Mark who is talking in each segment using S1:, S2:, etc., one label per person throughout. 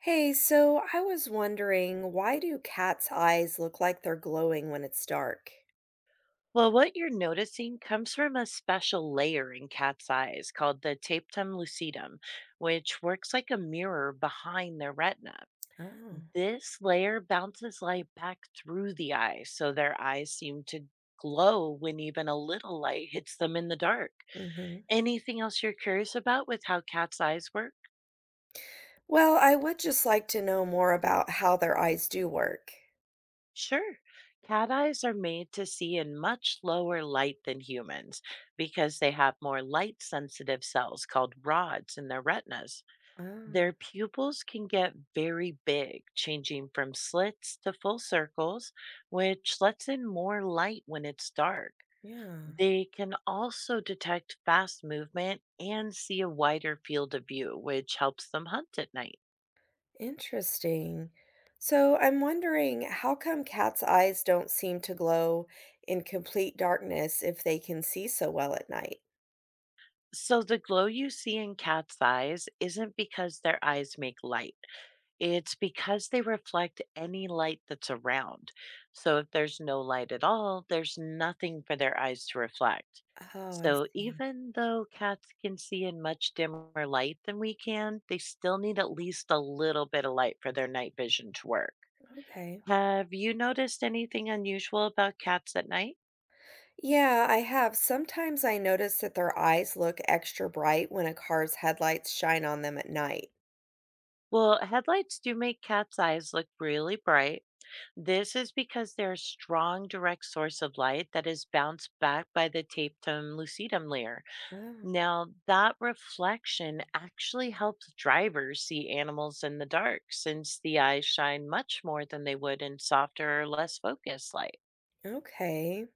S1: Hey, so I was wondering, why do cats' eyes look like they're glowing when it's dark?
S2: Well, what you're noticing comes from a special layer in cat's eyes called the tapetum lucidum, which works like a mirror behind their retina.
S1: Oh,
S2: This layer bounces light back through the eye, so their eyes seem to glow when even a little light hits them in the dark.
S1: hmm.
S2: Anything else you're curious about with how cat's eyes work?
S1: Well, I would just like to know more about how their eyes do work.
S2: Sure. Cat eyes are made to see in much lower light than humans because they have more light sensitive cells called rods in their retinas. Their
S1: Oh,
S2: pupils can get very big, changing from slits to full circles, which lets in more light when it's dark.
S1: yeah.
S2: They can also detect fast movement and see a wider field of view, which helps them hunt at night.
S1: Interesting. So I'm wondering, how come cats' eyes don't seem to glow in complete darkness if they can see so well at night?
S2: So, the glow you see in cat's eyes isn't because their eyes make light. It's because they reflect any light that's around. So if there's no light at all, there's nothing for their eyes to reflect.
S1: Oh, I
S2: So
S1: see.
S2: even though cats can see in much dimmer light than we can, they still need at least a little bit of light for their night vision to work.
S1: Okay.
S2: Have you noticed anything unusual about cats at night?
S1: Yeah, I have. Sometimes I notice that their eyes look extra bright when a car's headlights shine on them at night.
S2: Well, headlights do make cat's eyes look really bright. This is because they're a strong direct source of light that is bounced back by the tapetum lucidum layer.
S1: Oh,
S2: Now, that reflection actually helps drivers see animals in the dark since the eyes shine much more than they would in softer or less focused light.
S1: okay.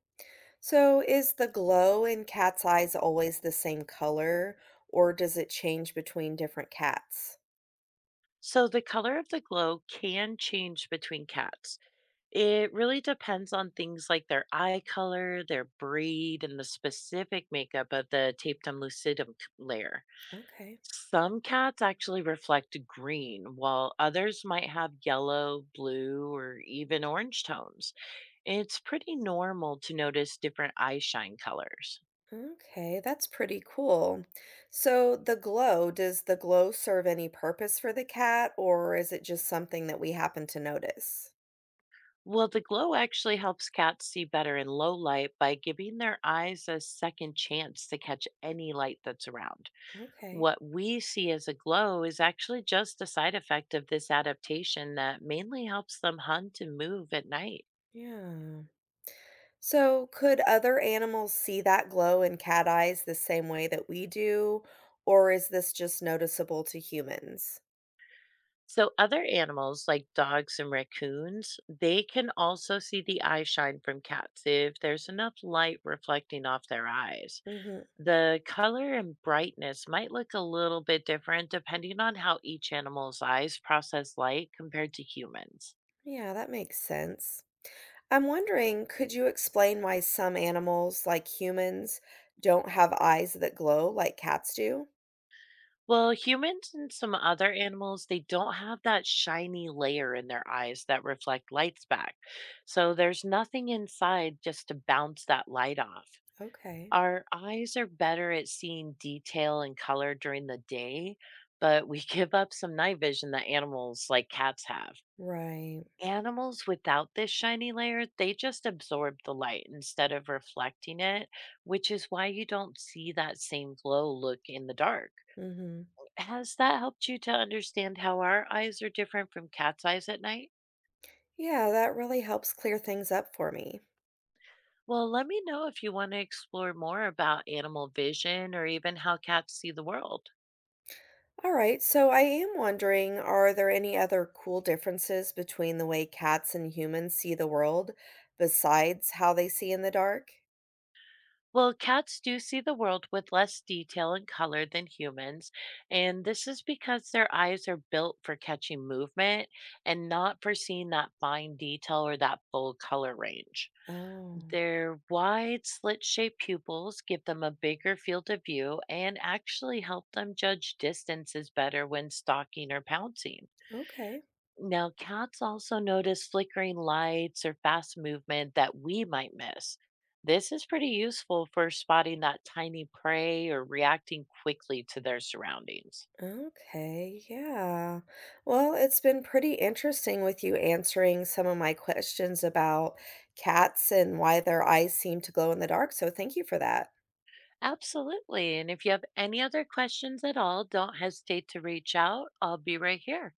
S1: So is the glow in cats' eyes always the same color, or does it change between different cats?
S2: So, the color of the glow can change between cats. It really depends on things like their eye color, their breed, and the specific makeup of the tapetum lucidum layer.
S1: Okay.
S2: Some cats actually reflect green, while others might have yellow, blue, or even orange tones. It's pretty normal to notice different eye shine colors.
S1: Okay, that's pretty cool. So the glow, does the glow serve any purpose for the cat, or is it just something that we happen to notice?
S2: Well, the glow actually helps cats see better in low light by giving their eyes a second chance to catch any light that's around.
S1: Okay.
S2: What we see as a glow is actually just a side effect of this adaptation that mainly helps them hunt and move at night.
S1: Yeah. So, could other animals see that glow in cat eyes the same way that we do, or is this just noticeable to humans?
S2: So, other animals like dogs and raccoons, they can also see the eye shine from cats if there's enough light reflecting off their eyes.
S1: Hmm.
S2: The color and brightness might look a little bit different depending on how each animal's eyes process light compared to humans.
S1: Yeah, that makes sense. I'm wondering, could you explain why some animals, like humans, don't have eyes that glow like cats do?
S2: Well, humans and some other animals, they don't have that shiny layer in their eyes that reflect lights back. So there's nothing inside just to bounce that light off.
S1: Okay.
S2: Our eyes are better at seeing detail and color during the day, but we give up some night vision that animals like cats have.
S1: Right.
S2: Animals without this shiny layer, they just absorb the light instead of reflecting it, which is why you don't see that same glow look in the dark.
S1: Hmm.
S2: Has that helped you to understand how our eyes are different from cats' eyes at night?
S1: Yeah, that really helps clear things up for me.
S2: Well, let me know if you want to explore more about animal vision or even how cats see the world.
S1: All right, so I am wondering, are there any other cool differences between the way cats and humans see the world besides how they see in the dark?
S2: Well, cats do see the world with less detail and color than humans, and this is because their eyes are built for catching movement and not for seeing that fine detail or that full color range.
S1: Oh,
S2: Their wide, slit shaped pupils give them a bigger field of view and actually help them judge distances better when stalking or pouncing.
S1: okay.
S2: Now, cats also notice flickering lights or fast movement that we might miss. This is pretty useful for spotting that tiny prey or reacting quickly to their surroundings.
S1: Okay, yeah. Well, it's been pretty interesting with you answering some of my questions about cats and why their eyes seem to glow in the dark. So thank you for that.
S2: Absolutely. And if you have any other questions at all, don't hesitate to reach out. I'll be right here.